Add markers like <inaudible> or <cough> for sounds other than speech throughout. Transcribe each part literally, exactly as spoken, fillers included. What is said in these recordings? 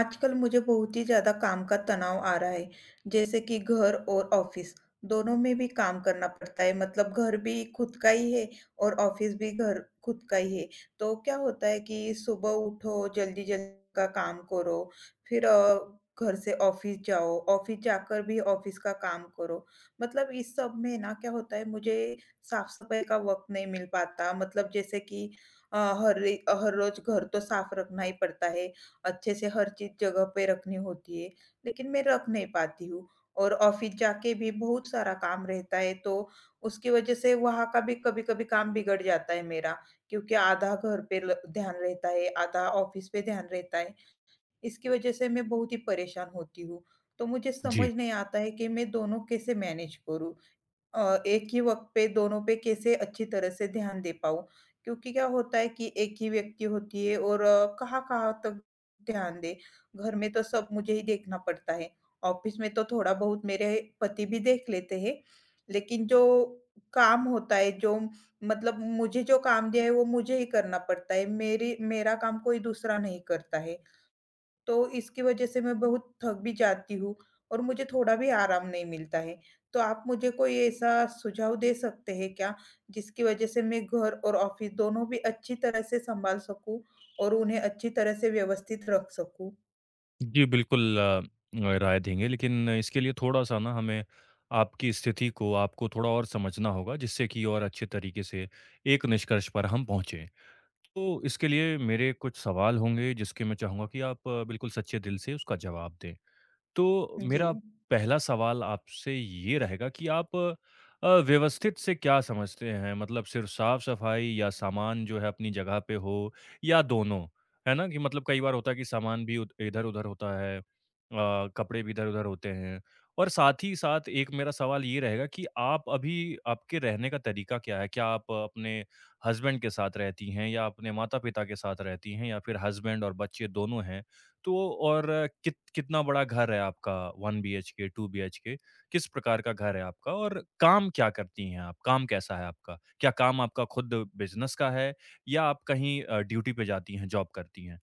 आजकल मुझे बहुत ही ज़्यादा काम का तनाव आ रहा है, जैसे कि घर और ऑफ़िस, दोनों में भी काम करना पड़ता है, मतलब घर भी खुद का ही है और ऑफ़िस भी घर खुद का ही है। तो क्या होता है कि सुबह उठो, जल्दी-जल्दी का काम करो, फिर अ, घर से ऑफ़िस जाओ, ऑफ़िस जाकर भी ऑफ़िस का काम करो। मतलब इस सब में ना क्या होता है मुझे साफ-सफाई का वक़्त नहीं मिल पाता, मतलब जैसे कि अ, हर रे हर रोज़ घर तो साफ रखना ही पड़ता है, अच्छे से हर चीज़ जगह पे रखनी होती है, लेकिन मैं रख नहीं पाती हूँ। और ऑफ़िस जाके भी बहुत सारा काम रहता है, तो उसकी वज़ह से वहाँ का भी कभी-कभी काम बिगड़ जाता है मेरा, क्योंकि आधा घर पे ल ध्यान रहता है, आधा ऑफ़िस पे ध्यान रहता है। इसकी वज़ह से मैं बहुत ही परेशान होती हूँ, तो मुझे जी। समझ नहीं आता है कि मैं दोनों कैसे मैनेज करूँ? अ, एक ही वक़्त पे दोनों पे कैसे अच्छी तरह से ध्यान दे पाऊँ? क्योंकि क्या होता है कि एक ही व्यक्ति होती है और अ, कहाँ-कहाँ तक ध्यान दें? घर में तो सब मुझे ही देखना पड़ता है। ऑफ़िस में तो थोड़ा बहुत मेरे पति भी देख लेते हैं। लेकिन जो काम होता है, जो मतलब मुझे जो काम दिया है वो मुझे ही करना पड़ता है। मेरी मेरा काम कोई दूसरा नहीं करता है। तो इसकी वजह से मैं बहुत थक भी जाती हूँ और मुझे थोड़ा भी आराम नहीं मिलता है। तो आप मुझे कोई ऐसा सुझाव दे सकते हैं क्या, जिसकी वजह से मैं घर और ऑफ़िस दोनों भी अच्छी तरह से सँभाल सकूँ और उन्हें अच्छी तरह से व्यवस्थित रख सकूँ? जी, बिल्कुल अ, राय देंगे, लेकिन इसके लिए थोड़ा-सा ना हमें आपकी स्थिति को, आपको थोड़ा और समझना होगा, जिससे कि और अच्छे तरीके से एक निष्कर्ष पर हम पहुँचे। तो इसके लिए मेरे कुछ सवाल होंगे, जिसके मैं चाहूँगा कि आप अ, बिल्कुल सच्चे दिल से उसका जवाब दें। तो जी। मेरा पहला सवाल आपसे ये रहेगा कि आप अ, व्यवस्थित से क्या समझते हैं? मतलब सिर्फ़ साफ-सफाई, या सामान जो है अपनी जगह पे हो, या दोनों? है ना? कि मतलब कई बार होता है कि सामान भी उध इधर-उधर होता है, अ, कपड़े भी इधर-उधर होते हैं। और साथ ही साथ एक मेरा सवाल ये रहेगा कि आप अभी आपके रहने का तरीका क्या है? क्या आप अपने हस्बैंड के साथ रहती हैं, या अपने माता-पिता के साथ रहती हैं, या फिर हस्बैंड और बच्चे दोनों हैं? तो और अ, कित कितना बड़ा घर है आपका? One BHK, two BHK? किस प्रकार का घर है आपका? और काम क्या करती हैं आप? काम कैसा है आपका? क्या काम आपका खुद बिज़नेस का है, या आप कहीं अ, ड्यूटी पे जाती हैं, जॉब करती हैं?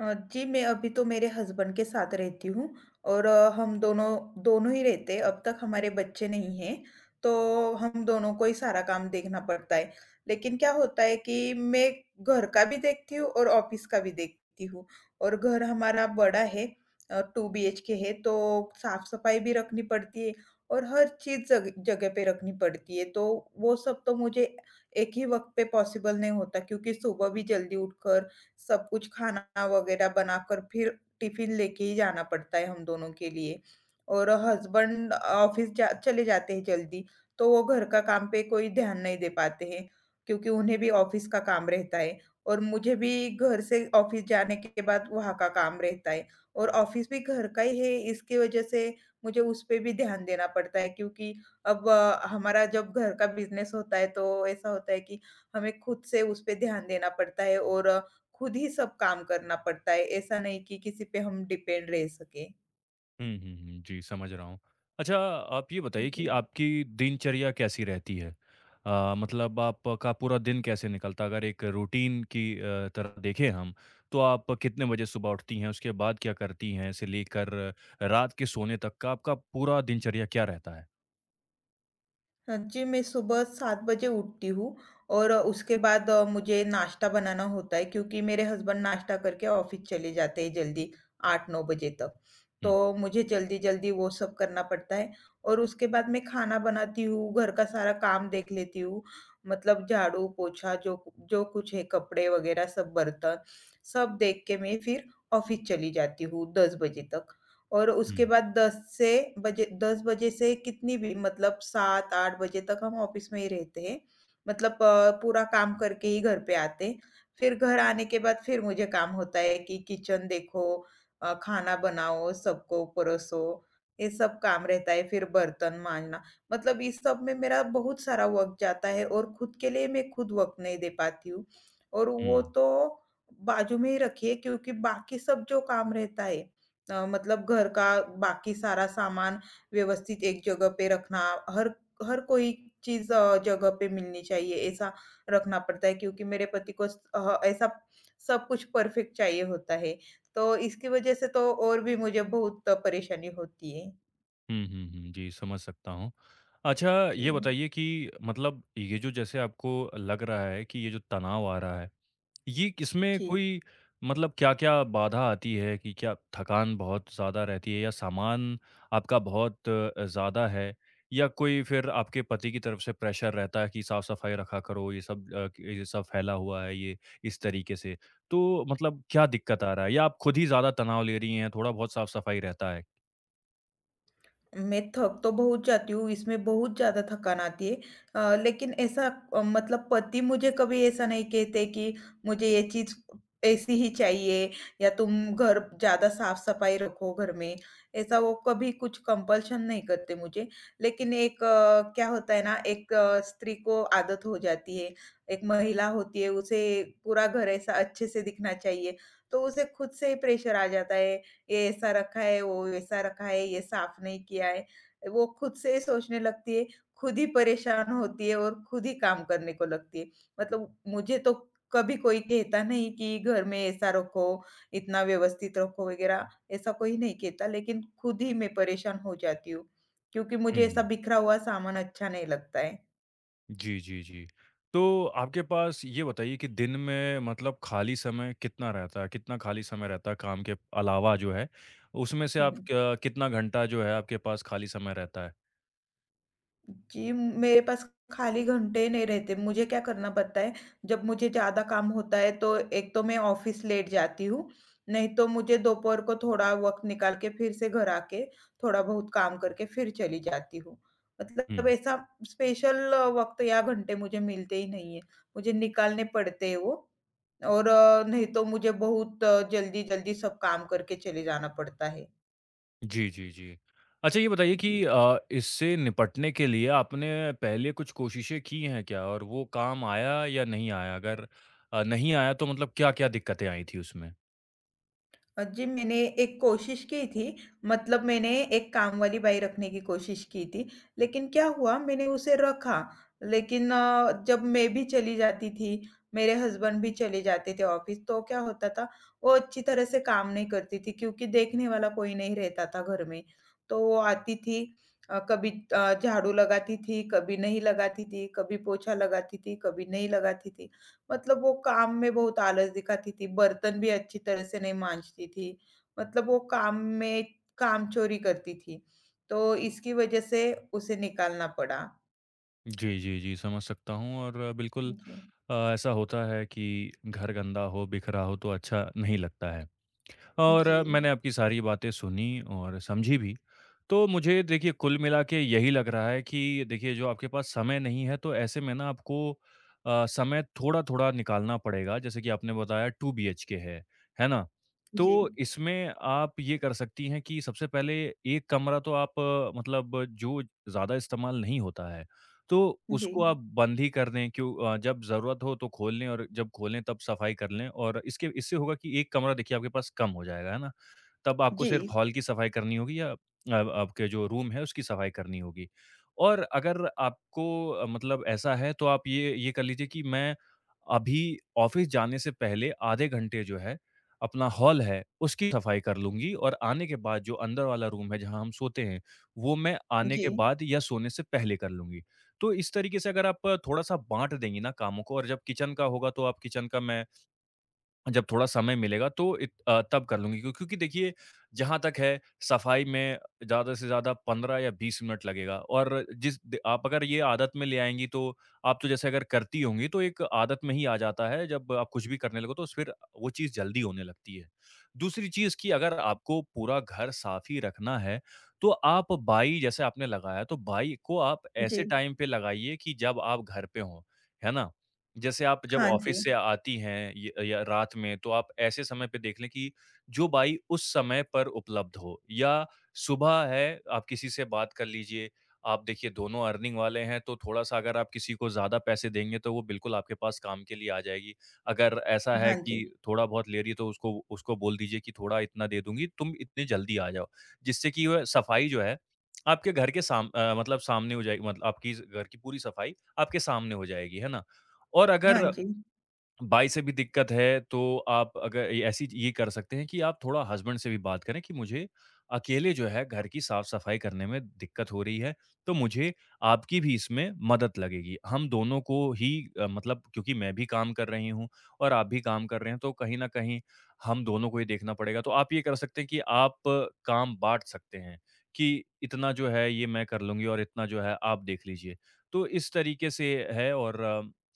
अ, जी, मैं अभी तो मेरे हस्बैंड के साथ रहती हूँ और अ, हम दोनों दोनों ही रहते हैं, अब तक हमारे बच्चे नहीं हैं, तो हम दोनों को ही सारा काम देखना पड़ता है। लेकिन क्या होता है कि मैं घर का भी देखती हूँ और ऑफ़िस का भी देखती हूँ और घर हमारा बड़ा है, अ, दो बी एच के है, तो साफ़-सफ़ाई भी रखनी पड़ती है और हर चीज़ जग जगह पे रखनी पड़ती है, तो वो सब तो मुझे एक ही वक़्त पे पॉसिबल नहीं होता क्योंकि सुबह भी जल्दी उठकर सब कुछ खाना वगैरह बनाकर फिर टिफ़िन लेके ही जाना पड़ता है हम दोनों के लिए। और हस्बैंड ऑफ़िस जा चले जाते हैं जल्दी, तो वो घर का काम पे कोई ध्यान नहीं दे पाते हैं, क्योंकि उन्हें भी ऑफ़िस का काम रहता है और मुझे भी घर से ऑफ़िस जाने के बाद वहाँ का काम रहता है और ऑफ़िस भी घर का ही है, इसकी वजह से मुझे उस पे भी ध्यान देना पड़ता है क्योंकि अब अ, हमारा जब घर का बिज़नेस होता है, तो ऐसा होता है कि हमें खुद से उस पे ध्यान देना पड़ता है और खुद ही सब काम करना पड़ता है, ऐसा नहीं कि किसी पे हम डिपेंड रह सकें। हुँ, हुँ, हुँ। जी, समझ रहा हूँ। अच्छा, आप ये बताइए कि जी। आपकी दिनचर्या कैसी रहती है? अ, मतलब आपका पूरा दिन कैसे निकलता है? अगर एक रूटीन की अ, तरह देखें हम, तो आप कितने बजे सुबह उठती हैं? उसके बाद क्या करती हैं? से लेकर रात के सोने तक का आपका पूरा दिनचर्या क्या रहता है? हाँ जी, मैं सुबह सात बजे उठती हूँ और उसके बाद अ, मुझे नाश्ता बनाना होता है क्योंकि मेरे हस्बैंड नाश्ता करके ऑफ़िस चले जाते हैं जल्दी आठ नौ बजे तक। तो हुँ, मुझे जल्दी-जल्दी वो सब करना पड़ता है और उसके बाद मैं खाना बनाती हूँ, घर का सारा काम देख लेती हूँ, मतलब झाड़ू, पोछा जो कु जो कुछ है, कपड़े वग़ैरह सब बर्तन, सब देख के मैं फिर ऑफ़िस चली जाती हूँ दस बजे तक। और उसके हुँ, बाद दस से बजे दस बजे से कितनी भी मतलब सात आठ बजे तक हम ऑफिस में ही रहते हैं। मतलब अ, पूरा काम करके ही घर पे आते हैं। फिर घर आने के बाद फिर मुझे काम होता है कि किचन देखो, अ, खाना बनाओ, सबको परोसो, ये सब काम रहता है, फिर बर्तन मांजना। मतलब इस सब में मेरा बहुत सारा वक़्त जाता है और खुद के लिए मैं खुद वक़्त नहीं दे पाती हूँ। और हुँ। वो तो बाजू में ही रखिए क्योंकि बाकी सब जो काम रहता है, अ, मतलब घर का बाकी सारा सामान व्यवस्थित एक जगह पे रखना, हर हर कोई चीज़ अ, जगह पे मिलनी चाहिए, ऐसा रखना पड़ता है क्योंकि मेरे पति को स अ, ऐसा सब कुछ परफेक्ट चाहिए होता है। तो इसकी वजह से तो और भी मुझे बहुत परेशानी होती है। हुँ, हुँ, हुँ। जी, समझ सकता हूँ। अच्छा, जी। ये बताइए कि मतलब ये जो जैसे आपको लग रहा है कि ये जो तनाव आ रहा है, ये इसमें जी। कोई मतलब क्या-क्या बाधा आती है? कि क्या थकान बहुत ज़्यादा रहती है, या सामान आपका बहुत अ, ज़्यादा है? या कोई फिर आपके पति की तरफ से प्रेशर रहता है कि साफ-सफाई रखा करो, ये सब अ, क- ये सब फैला हुआ है, ये इस तरीके से। तो मतलब क्या दिक्कत आ रहा है? या आप खुद ही ज़्यादा तनाव ले रही हैं, थोड़ा बहुत साफ-सफाई रहता है? मैं थक तो बहुत जाती हूँ, इसमें बहुत ज़्यादा थकान आती है। अ, लेकिन ऐसा अ, मतलब पति मुझे कभी ऐसा नहीं कहते कि मुझे ये चीज़ ऐसी ही चाहिए या तुम घर ज़्यादा साफ-सफाई रखो घर में, ऐसा वो कभी कुछ कंपल्शन नहीं करते मुझे। लेकिन एक अ, क्या होता है ना, एक अ, स्त्री को आदत हो जाती है, एक महिला होती है, उसे पूरा घर ऐसा अच्छे से दिखना चाहिए, तो उसे खुद से ही प्रेशर आ जाता है, ये ऐसा रखा है, वो वैसा रखा है, ये साफ नहीं किया है। वो खुद से ही सोचने लगती है, खुद ही परेशान होती है और खुद ही काम करने को लगती है। मतलब मुझे तो कभी कोई कहता नहीं कि घर में ऐसा रखो, इतना व्यवस्थित रखो वगैरह, ऐसा कोई नहीं कहता, लेकिन खुद ही मैं परेशान हो जाती हूँ, क्योंकि मुझे ऐसा हुँ। बिखरा हुआ सामान अच्छा नहीं लगता है। जी, जी, जी। तो आपके पास ये बताइए कि दिन में मतलब खाली समय कितना रहता है? कितना खाली समय रहता है काम के अलावा जो है? उसमें से आप <laughs> क कितना घंटा जो है आपके पास खाली समय रहता है? जी, मेरे पास खाली घंटे नहीं रहते। मुझे क्या करना पड़ता है, जब मुझे ज़्यादा काम होता है तो एक तो मैं ऑफ़िस लेट जाती हूँ, नहीं तो मुझे दोपहर को थोड़ा वक़्त निकाल के फिर से घर आके थोड़ा बहुत काम करके फिर चली जाती हूँ। मतलब हुँ। ऐसा स्पेशल वक़्त या घंटे मुझे मिलते ही नहीं है। मुझे निकालने पड़ते हैं वो। और अ, नहीं तो मुझे बहुत जल्दी-जल्दी सब काम करके चले जाना पड़ता है। जी, जी, जी। अच्छा, ये बताइए कि जी। अ, इससे निपटने के लिए आपने पहले कुछ कोशिशें की हैं क्या? और वो काम आया या नहीं आया? अगर अ, नहीं आया तो मतलब क्या-क्या दिक्कतें आई थी उसमें? अ, जी, मैंने एक कोशिश की थी, मतलब मैंने एक काम वाली बाई रखने की कोशिश की थी, लेकिन क्या हुआ मैंने उसे रखा, लेकिन अ, जब मैं भी चली जाती थी, मेरे हस्बैंड भी चले जाते थे ऑफ़िस, तो क्या होता था, वो अच्छी तरह से काम नहीं करती थी क्योंकि देखने वाला कोई नहीं रहता था घर में। तो वो आती थी, अ, कभी अ, झाड़ू लगाती थी, कभी नहीं लगाती थी, कभी पोछा लगाती थी, कभी नहीं लगाती थी। मतलब वो काम में बहुत आलस दिखाती थी, बर्तन भी अच्छी तरह से नहीं माँजती थी, मतलब वो काम में कामचोरी करती थी, तो इसकी वजह से उसे निकालना पड़ा। जी, जी, जी, समझ सकता हूँ। और आ, बिल्कुल जी, अ, ऐसा होता है कि घर गंदा हो, बिखरा हो, तो अच्छा नहीं लगता है। और जी, अ, मैंने आपकी सारी बातें सुनी और समझी भी। तो मुझे देखिए कुल मिला के यही लग रहा है कि देखिए, जो आपके पास समय नहीं है, तो ऐसे में ना आपको अ, समय थोड़ा थोड़ा निकालना पड़ेगा। जैसे कि आपने बताया टू बी एच के है है ना? तो जी, इसमें आप ये कर सकती हैं कि सबसे पहले एक कमरा तो आप अ, मतलब जो ज़्यादा इस्तेमाल नहीं होता है, तो जी, उसको आप बंद ही कर दें। क्यों अ, जब ज़रूरत हो तो खोल लें, और जब खोलें तब सफाई कर लें। और इसके इससे होगा कि एक कमरा देखिए आपके पास कम हो जाएगा, है ना? तब आपको जी, सिर्फ़ हॉल की सफ़ाई करनी होगी, या अब आपके जो रूम है उसकी सफ़ाई करनी होगी। और अगर आपको अ, मतलब ऐसा है, तो आप ये ये कर लीजिए कि मैं अभी ऑफ़िस जाने से पहले आधे घंटे जो है, अपना हॉल है उसकी सफ़ाई कर लूँगी, और आने के बाद जो अंदर वाला रूम है, जहाँ हम सोते हैं, वो मैं आने जी, के बाद या सोने से पहले कर लूँगी। तो इस तरीके से अगर आप थोड़ा-सा बाँट देंगी ना कामों को, और जब किचन का होगा तो आप किचन का, मैं जब थोड़ा समय मिलेगा तो इत अ, तब कर लूँगी। क्यों क्योंकि देखिए, जहाँ तक है सफाई में ज़्यादा से ज़्यादा पंद्रह या बीस मिनट लगेगा। और जिस द आप अगर ये आदत में ले आएँगी तो, आप तो जैसे अगर करती होंगी तो एक आदत में ही आ जाता है। जब आप कुछ भी करने लगो तो फिर वो चीज़ जल्दी होने लगती है। दूसरी चीज़ कि अगर आपको पूरा घर साफ़ ही रखना है, तो आप बाई जैसे आपने लगाया, तो बाई को आप ऐसे जी, टाइम पे लगाइए कि जब आप घर पे हों, है ना? जैसे आप जब हाँ जी, ऑफिस से आती हैं य या रात में, तो आप ऐसे समय पे देख लें कि जो बाई उस समय पर उपलब्ध हो, या सुबह है, आप किसी से बात कर लीजिए। आप देखिए दोनों अर्निंग वाले हैं, तो थोड़ा-सा अगर आप किसी को ज़्यादा पैसे देंगे, तो वो बिल्कुल आपके पास काम के लिए आ जाएगी। अगर ऐसा हाँ है कि जी, थोड़ा-बहुत ले रही है, तो उसको उसको बोल दीजिए कि थोड़ा इतना दे दूँगी, तुम इतनी जल्दी आ जाओ। जिससे कि वह सफाई जो है, आपके घर के साम अ, मतलब सामने हो जाएगी, मतलब आपकी ज़ घर की पूरी सफाई आपके सामने हो जाएगी, है ना? और हाँ अगर जी, भाई से भी दिक्कत है, तो आप अगर ये ऐसी ये कर सकते हैं कि आप थोड़ा हस्बैंड से भी बात करें कि मुझे अकेले जो है घर की साफ-सफाई करने में दिक्कत हो रही है, तो मुझे आपकी भी इसमें मदद लगेगी। हम दोनों को ही अ, मतलब, क्योंकि मैं भी काम कर रही हूँ और आप भी काम कर रहे हैं, तो कहीं न कहीं हम दोनों को ही देखना पड़ेगा। तो आप ये कर सकते हैं कि आप अ, काम बाँट सकते हैं कि इतना जो है ये मैं कर लूँगी, और इतना जो है आप देख लीजिए। तो इस तरीके से है। और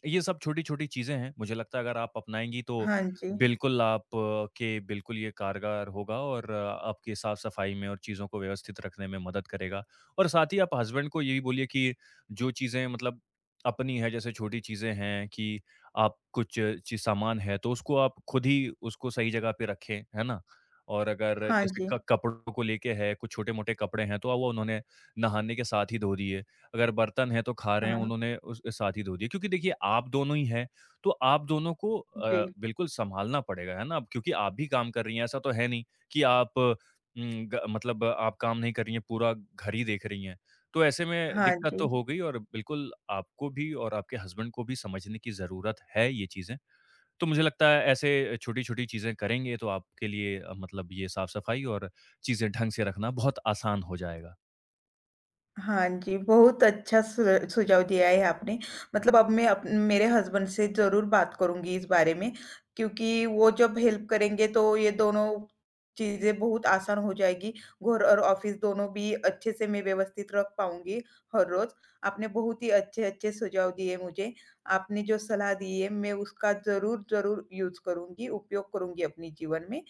ये सब छोटी-छोटी चीज़ें हैं, मुझे लगता है अगर आप अपनाएँगी तो हाँ जी, बिल्कुल आप अ, के बिल्कुल ये कारगर होगा, और अ, आपकी साफ-सफाई में और चीज़ों को व्यवस्थित रखने में मदद करेगा। और साथ ही आप हस्बैंड को ये भी बोलिए कि जो चीज़ें मतलब अपनी है, जैसे छोटी चीज़ें हैं कि आप कुछ चीज़ सामान है, तो उसको आप खुद ही उसको सही जगह पे रखें, है ना? और अगर हाँ जैसे जी, क कपड़ों को लेके है, कुछ छोटे-मोटे कपड़े हैं, तो वो उन्होंने नहाने के साथ ही धो दिए। अगर बर्तन है तो खा रहे हैं, हाँ, उन्होंने उस साथ ही धो दिए। क्योंकि देखिए आप दोनों ही हैं, तो आप दोनों को जी, अ, बिल्कुल सँभालना पड़ेगा, है ना? अब क्योंकि आप भी काम कर रही हैं, ऐसा तो है नहीं कि आप उम, ग मतलब आप काम नहीं कर रही हैं, पूरा घर ही देख रही हैं। तो ऐसे में हाँ दिक्कत जी। तो हो गई, और बिल्कुल आपको भी और आपके हस्बैंड को भी समझने की ज़रूरत है ये चीज़ें। तो मुझे लगता है ऐसे छोटी-छोटी चीज़ें करेंगे तो आपके लिए अ, मतलब ये साफ-सफाई और चीज़ें ढंग से रखना बहुत आसान हो जाएगा। हाँ जी, बहुत अच्छा सु सुझाव दिया है आपने। मतलब अब मैं अप मेरे हस्बैंड से ज़रूर बात करूँगी इस बारे में, क्योंकि वो जब हेल्प करेंगे तो ये दोनों चीज़ें बहुत आसान हो जाएगी। घर और ऑफ़िस दोनों भी अच्छे से मैं व्यवस्थित रख पाऊँगी हर रोज़। आपने बहुत ही अच्छे-अच्छे सुझाव दिए मुझे। आपने जो सलाह दी है मैं उसका ज़रूर, ज़रूर यूज़ करूँगी, उपयोग करूँगी अपने जीवन में।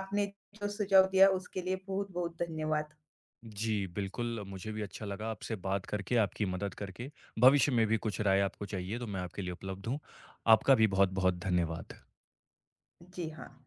आपने जो सुझाव दिया उसके लिए बहुत-बहुत धन्यवाद। जी, बिल्कुल, मुझे भी अच्छा लगा आपसे बात करके, आपकी मदद करके। भविष्य में भी कुछ राय आपको चाहिए तो मैं आपके लिए उपलब्ध हूँ। आपका भी बहुत-बहुत धन्यवाद। जी हाँ।